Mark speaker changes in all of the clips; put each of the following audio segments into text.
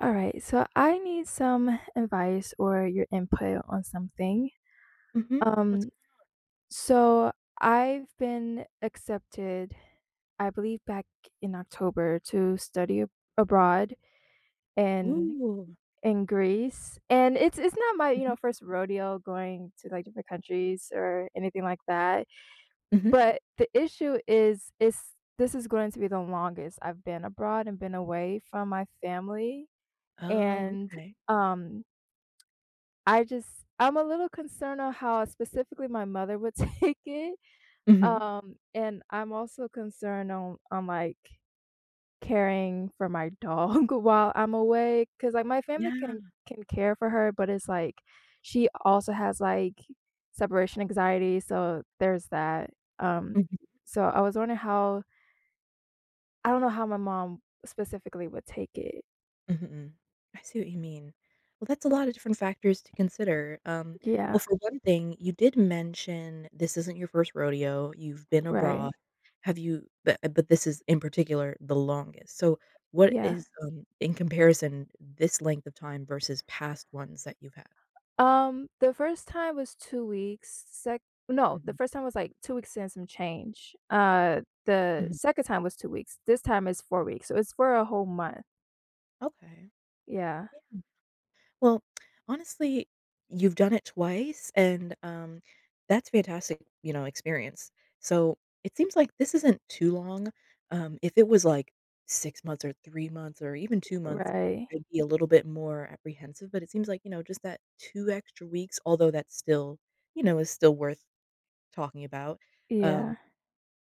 Speaker 1: All right, so I need some advice or your input on something.
Speaker 2: Mhm. What's
Speaker 1: Um, so I've been accepted, I believe back in October to study abroad in
Speaker 2: ooh.
Speaker 1: in Greece. And it's not my,
Speaker 2: Mhm,
Speaker 1: first rodeo going to like different countries or anything like that.
Speaker 2: mhm.
Speaker 1: But the issue is this is going to be the longest I've been abroad and been away from my family
Speaker 2: Oh,
Speaker 1: and
Speaker 2: okay.
Speaker 1: um I just, I'm a little concerned on how specifically my mother would take it,
Speaker 2: Mhm.
Speaker 1: and I'm also concerned on, caring for my dog while I'm away because like, my family can
Speaker 2: Yeah.
Speaker 1: can care for her, but it's like she also has, like, separation anxiety, so there's that, um,
Speaker 2: Mhm,
Speaker 1: so I was wondering how I don't know how my mom specifically would take it.
Speaker 2: mhm, mm. I see what you mean. Well, that's a lot of different factors to consider. Well,
Speaker 1: Yeah,
Speaker 2: for one thing, you did mention this isn't your first rodeo, you've been
Speaker 1: right.
Speaker 2: abroad. Have you but this is, in particular, the longest. So, what
Speaker 1: Yeah.
Speaker 2: is, in comparison, this length of time versus past ones that you've had?
Speaker 1: The first time was 2 weeks, sec no, the
Speaker 2: Mhm,
Speaker 1: first time was, like, 2 weeks and some change. The
Speaker 2: mhm.
Speaker 1: second time was 2 weeks. This time is 4 weeks, so it's for a whole month.
Speaker 2: Okay.
Speaker 1: Yeah.
Speaker 2: Well, honestly, you've done it twice, and, that's fantastic, you know, experience. So, it seems like this isn't too long. If it was, like, 6 months or 3 months or even 2 months,
Speaker 1: Right.
Speaker 2: I'd be a little bit more apprehensive, but it seems like, you know, just that 2 extra weeks, although that's still you know, is still worth talking about. Um,
Speaker 1: Yeah.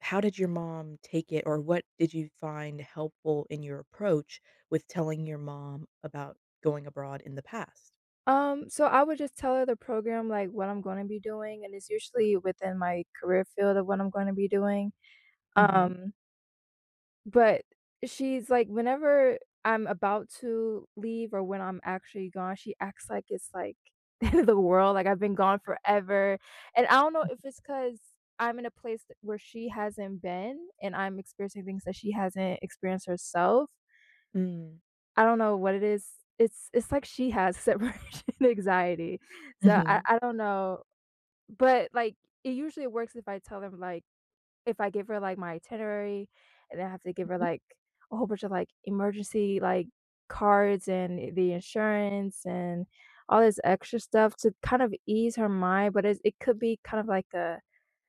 Speaker 2: how did your mom take it, or what did you find helpful in your approach with telling your mom about going abroad in the past?
Speaker 1: So I would just tell her the program, like, what I'm gonna be doing, and it's usually within my career field of what I'm gonna be doing.
Speaker 2: Mhm.
Speaker 1: Um But she's like, whenever I'm about to leave or when I'm actually gone, she acts like it's like the end of the world, like I've been gone forever. And I don't know if it's because 'cause I'm in a place where she hasn't been and I'm experiencing things that she hasn't experienced herself.
Speaker 2: Mm.
Speaker 1: I don't know what it is. It's like she has separation anxiety. So I,
Speaker 2: Mhm.
Speaker 1: I don't know. But like it usually works if I tell them if I give her, like, my itinerary, and then I have to give her,
Speaker 2: Mhm.
Speaker 1: like, a whole bunch of, like, emergency, like, cards and the insurance and all this extra stuff to kind of ease her mind, but it could be kind of like a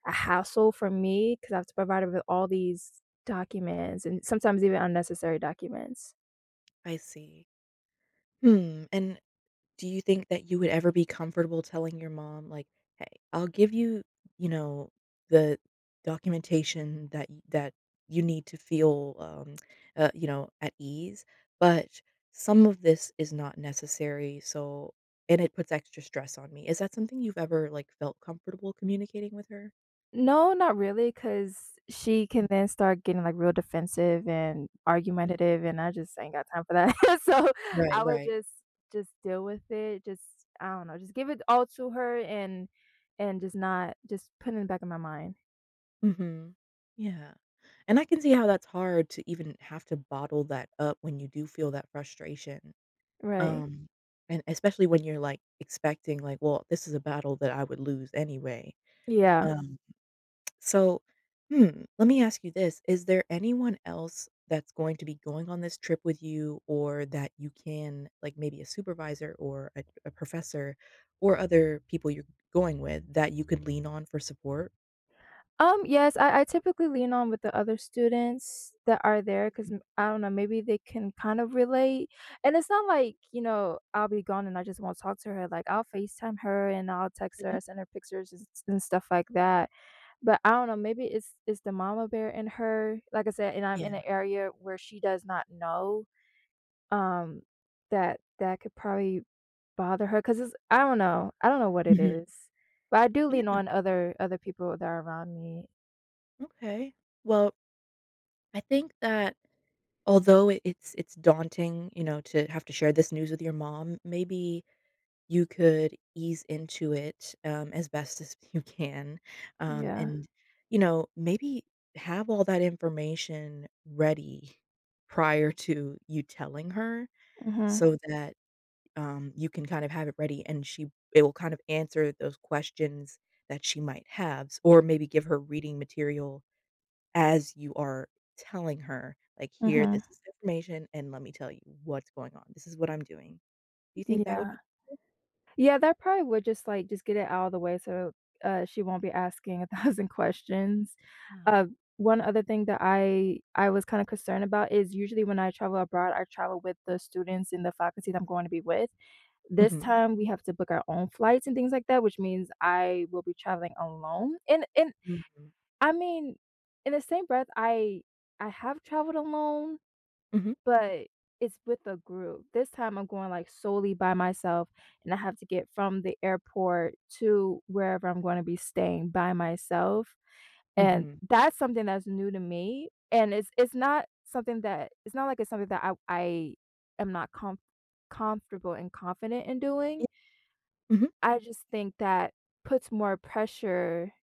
Speaker 1: a hassle for me because I have to provide her with all these documents and sometimes even unnecessary documents.
Speaker 2: I see. Hmm, and do you think that you would ever be comfortable telling your mom, like, "Hey, I'll give you, you know, the documentation that y that you need to feel, you know, at ease, but some of this is not necessary, so and it puts extra stress on me." Is that something you've ever, like, felt comfortable communicating with her?
Speaker 1: No, not really, cause she can
Speaker 2: Mm,
Speaker 1: then start getting, like, real defensive and
Speaker 2: mm.
Speaker 1: argumentative, and I just ain't got time for that. So,
Speaker 2: Right,
Speaker 1: I would
Speaker 2: right.
Speaker 1: just deal with it, just I don't know, just give it all to her and just not just, putting it back in my mind.
Speaker 2: Mhm. Yeah. And I can see how that's hard to even have to bottle that up when you do feel that frustration.
Speaker 1: Right.
Speaker 2: Um, and especially when you're like expecting, like, well, this is a battle that I would lose anyway.
Speaker 1: Yeah.
Speaker 2: Um, so, hmm, let me ask you this. Is there anyone else that's going to be going on this trip with you or that you can, like maybe a supervisor or a professor or other people you're going with that you could lean on for support?
Speaker 1: Yes, I typically lean on with the other students that are there because I don't know, maybe they can kind of relate. And it's not like, you know, I'll be gone and I just won't talk to her. Like, I'll FaceTime her and I'll text her,
Speaker 2: Mhm.
Speaker 1: send her pictures and, and stuff like that. But I don't know, maybe it's the mama bear in her. Like I said, and I'm
Speaker 2: Yeah.
Speaker 1: in an area where she does not know. Um, that could probably bother her because it's I don't know what it
Speaker 2: Mhm.
Speaker 1: is, but I do lean
Speaker 2: Yeah.
Speaker 1: on other people that are around me.
Speaker 2: Okay. Well, I think that although it's daunting, you know, to have to share this news with your mom, maybe you could ease into it, as best as you can,
Speaker 1: Yeah.
Speaker 2: and, you know, maybe have all that information ready prior to you telling her
Speaker 1: Mhm,
Speaker 2: so that, you can kind of have it ready and she it will kind of answer those questions that she might have, or maybe give her reading material as you are telling her, like, "Here, Mhm.
Speaker 1: mhm.
Speaker 2: this is the information, and let me tell you what's going on. This is what I'm doing." Do you think that would
Speaker 1: Yeah.
Speaker 2: be
Speaker 1: Yeah, that probably would just, like, just get it out of the way so, she won't be asking 1,000 questions.
Speaker 2: Yeah.
Speaker 1: Uh, one other thing that I was kinda concerned about is usually when I travel abroad, I travel with the students and the faculty that I'm going to be with. This
Speaker 2: Mhm.
Speaker 1: time, we have to book our own flights and things like that, which means I will be traveling alone, and
Speaker 2: Mhm.
Speaker 1: I mean, in the same breath, I have traveled alone.
Speaker 2: Mhm.
Speaker 1: But it's with a group. This time I'm going, like, solely by myself, and I have to get from the airport to wherever I'm gonna be staying by myself, and
Speaker 2: Mhm.
Speaker 1: that's something that's new to me, and it's not something that it's not like it's something that I am not comfortable and confident in doing.
Speaker 2: Yeah. Mhm.
Speaker 1: I just think that puts more pressure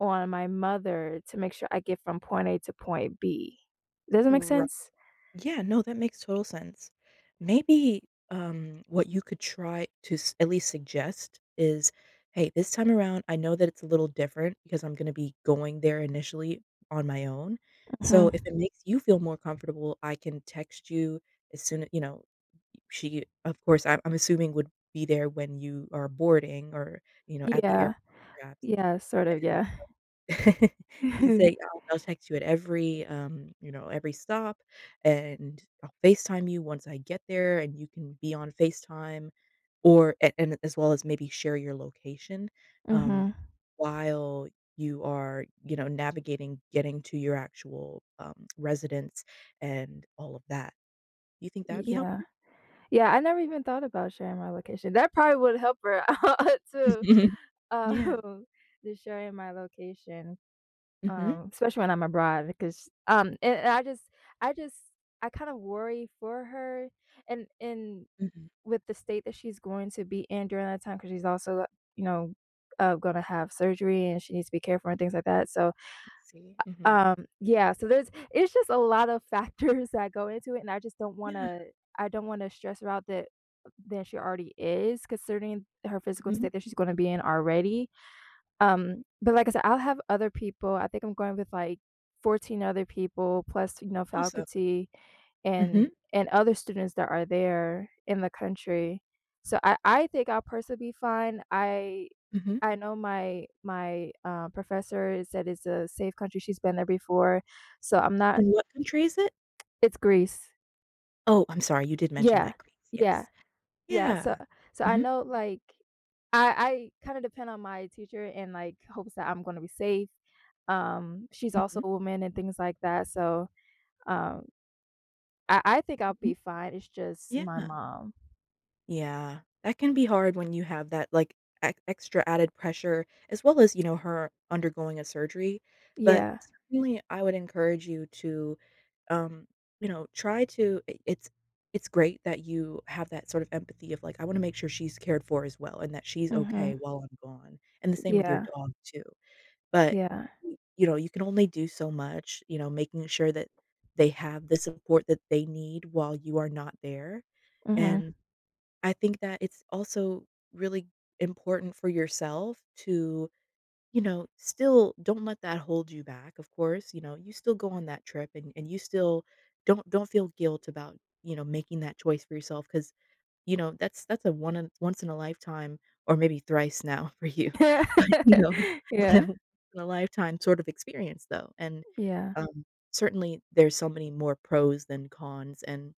Speaker 1: on my mother to make sure I get from point A to point B. Does that make
Speaker 2: Right.
Speaker 1: sense?
Speaker 2: Yeah, no, that makes total sense. Maybe, what you could try to s at least suggest is, "Hey, this time around, I know that it's a little different because I'm gonna be going there initially on my own. So if
Speaker 1: Mhm.
Speaker 2: it makes you feel more comfortable, I can text you as soon a" you know, she, of course, I'm assuming would be there when you are boarding or, you know, at the
Speaker 1: Yeah.
Speaker 2: airport perhaps,
Speaker 1: Yeah, sort of,
Speaker 2: and
Speaker 1: yeah.
Speaker 2: you can say, "I'll text you at every, you know, every stop, and I'll FaceTime you once I get there, and you can be on FaceTime," or a and as well as maybe share your location, um,
Speaker 1: Mhm.
Speaker 2: while you are, you know, navigating getting to your actual, residence and all of that. Do you think that would be
Speaker 1: Yeah.
Speaker 2: helpful?
Speaker 1: Yeah, I never even thought about sharing my location. That probably would help her out too,
Speaker 2: Yeah.
Speaker 1: um, the sharing my location,
Speaker 2: Mhm.
Speaker 1: especially when I'm abroad, because and I just, I just, I kind of worry for her and
Speaker 2: Mhm.
Speaker 1: with the state that she's going to be in during that time, because she's also, you know, gonna have surgery and she needs to be careful and things like that, so
Speaker 2: I see. Mhm.
Speaker 1: um, yeah, so there's it's just a lot of factors that go into it, and I just don't
Speaker 2: Yeah.
Speaker 1: wanna I don't wanna stress her out that than she already is, considering her physical
Speaker 2: Mhm.
Speaker 1: state that she's gonna be in already. But like I said, I'll have other people. I think I'm going with, like, 14 other people plus, you know,
Speaker 2: Awesome.
Speaker 1: faculty and
Speaker 2: Mhm.
Speaker 1: and other students that are there in the country. So I think I'll personally be fine.
Speaker 2: Mhm.
Speaker 1: I know my professor said it's a safe country. She's been there before, so I'm not.
Speaker 2: And what country is it?
Speaker 1: It's Greece.
Speaker 2: Oh, I'm sorry, you did mention
Speaker 1: Yeah,
Speaker 2: that, Greece,
Speaker 1: yeah,
Speaker 2: yes.
Speaker 1: yeah. So
Speaker 2: Yeah.
Speaker 1: so I
Speaker 2: Mhm.
Speaker 1: know like I kind of depend on my teacher and like hopes that I'm going to be safe. She's also
Speaker 2: Mhm.
Speaker 1: a woman and things like that. So um, I think I'll be
Speaker 2: Mhm.
Speaker 1: fine. It's just
Speaker 2: Yeah.
Speaker 1: my mom.
Speaker 2: Yeah. That can be hard when you have that, like, ex extra added pressure as well as, you know, her undergoing a surgery, but
Speaker 1: Yeah.
Speaker 2: certainly I would encourage you to um, you know, try to I it's great that you have that sort of empathy of like, I wanna make sure she's cared for as well and that she's
Speaker 1: Hmm.
Speaker 2: okay while I'm gone, and the same with your
Speaker 1: Yeah,
Speaker 2: dog too. But,
Speaker 1: yeah,
Speaker 2: y you know, you can only do so much, you know, making sure that they have the support that they need while you are not there,
Speaker 1: mhm.
Speaker 2: and I think that it's also really important for yourself to you know, still don't let that hold you back, of course, you know, you still go on that trip and you still don't feel guilt about, you know, making that choice for yourself because you know, that's a one in once in a lifetime or maybe thrice now for you. But, you know, that's
Speaker 1: Yeah,
Speaker 2: a once in a lifetime sort of experience though, and,
Speaker 1: yeah,
Speaker 2: um, certainly there's so many more pros than cons and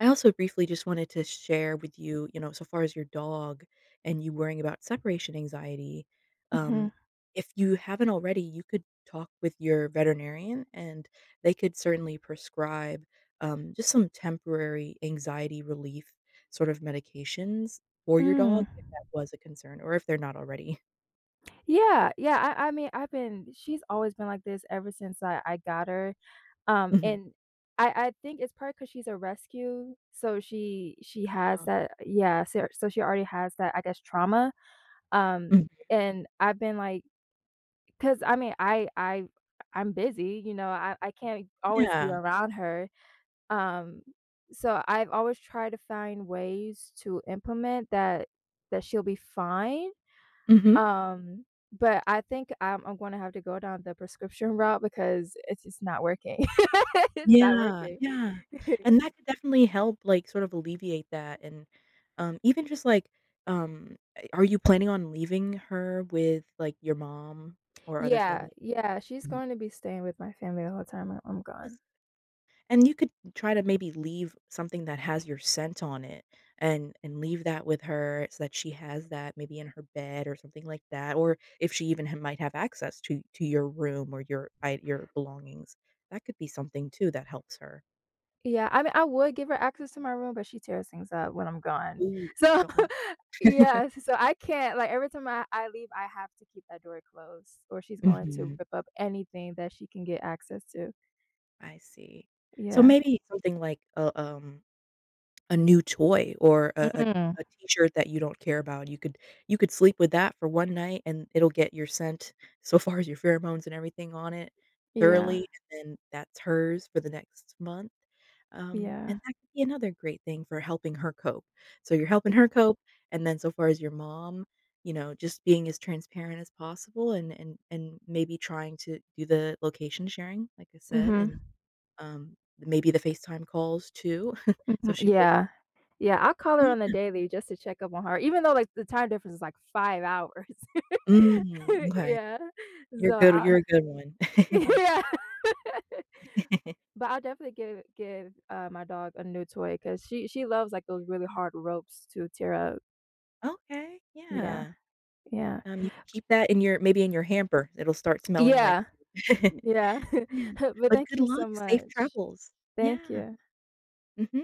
Speaker 2: I also briefly just wanted to share with you, you know, so far as your dog and you worrying about separation anxiety,
Speaker 1: mhm,
Speaker 2: um, if you haven't already, you could talk with your veterinarian and they could certainly prescribe just some temporary anxiety relief sort of medications for your dog
Speaker 1: mm.
Speaker 2: if that was a concern or if they're not already.
Speaker 1: Yeah, yeah, I mean, I've been, she's always been like this ever since I got her,
Speaker 2: Mhm.
Speaker 1: and I think it's probably because she's a rescue, so she has
Speaker 2: Oh.
Speaker 1: that yeah, so so she already has that, I guess, trauma, um,
Speaker 2: Mm,
Speaker 1: and I've been like, cause I mean, I I'm busy, you know, I can't always be
Speaker 2: yeah.
Speaker 1: around her. Um, so I've always tried to find ways to implement that she'll be fine.
Speaker 2: Mhm.
Speaker 1: Um, but I think I'm gonna have to go down the prescription route because it's just not working. It's not
Speaker 2: Yeah,
Speaker 1: working.
Speaker 2: yeah, and that could definitely help, like, sort of alleviate that, and, even just, like, a are you planning on leaving her with, like, your mom or other
Speaker 1: Yeah,
Speaker 2: family?
Speaker 1: yeah, she's
Speaker 2: Mhm.
Speaker 1: going to be staying with my family the whole time I'm gone.
Speaker 2: Yes, and you could try to maybe leave something that has your scent on it and leave that with her so that she has that maybe in her bed or something like that, or if she even ha might have access to your room or your I your belongings. That could be something too that helps her.
Speaker 1: Yeah, I mean, I would give her access to my room, but she tears things up when I'm gone.
Speaker 2: Ooh.
Speaker 1: So,
Speaker 2: Don't want
Speaker 1: yeah, so I can't like every time I leave, I have to keep that door closed, or she's going to
Speaker 2: Mhm.
Speaker 1: rip up anything that she can get access to.
Speaker 2: I see. So
Speaker 1: Yeah.
Speaker 2: maybe something like a new toy or
Speaker 1: Mm.
Speaker 2: a T-shirt that you don't care about. You could sleep with that for one night, and it'll get your scent so far as your pheromones and everything on it
Speaker 1: Yeah.
Speaker 2: thoroughly, and then that's hers for the next month.
Speaker 1: Yeah.
Speaker 2: And that could be another great thing for helping her cope. So you're helping
Speaker 1: I-
Speaker 2: her cope, and then so far as your mom, you know, just being as transparent as possible and and maybe trying to do the location sharing, like I said,
Speaker 1: Mhm.
Speaker 2: and maybe the FaceTime calls too, so
Speaker 1: Mhm.
Speaker 2: she feels
Speaker 1: Yeah. Yeah. I call her on the
Speaker 2: Yeah.
Speaker 1: daily just to check up on her, even though like the time difference is like 5 hours.
Speaker 2: Mm, okay.
Speaker 1: Yeah.
Speaker 2: You're
Speaker 1: So
Speaker 2: good
Speaker 1: I
Speaker 2: you're a good one.
Speaker 1: yeah. But I'll definitely give, my dog a new toy because she loves, like, those really hard ropes to tear up.
Speaker 2: Okay,
Speaker 1: Yeah,
Speaker 2: yeah.
Speaker 1: yeah.
Speaker 2: You can keep that in your maybe in your hamper. It'll start smelling like
Speaker 1: Yeah,
Speaker 2: you.
Speaker 1: yeah.
Speaker 2: Yeah.
Speaker 1: But
Speaker 2: But
Speaker 1: thank
Speaker 2: good
Speaker 1: you
Speaker 2: luck,
Speaker 1: so
Speaker 2: safe
Speaker 1: much.
Speaker 2: travels.
Speaker 1: Thank
Speaker 2: Yeah.
Speaker 1: you.
Speaker 2: Mhm.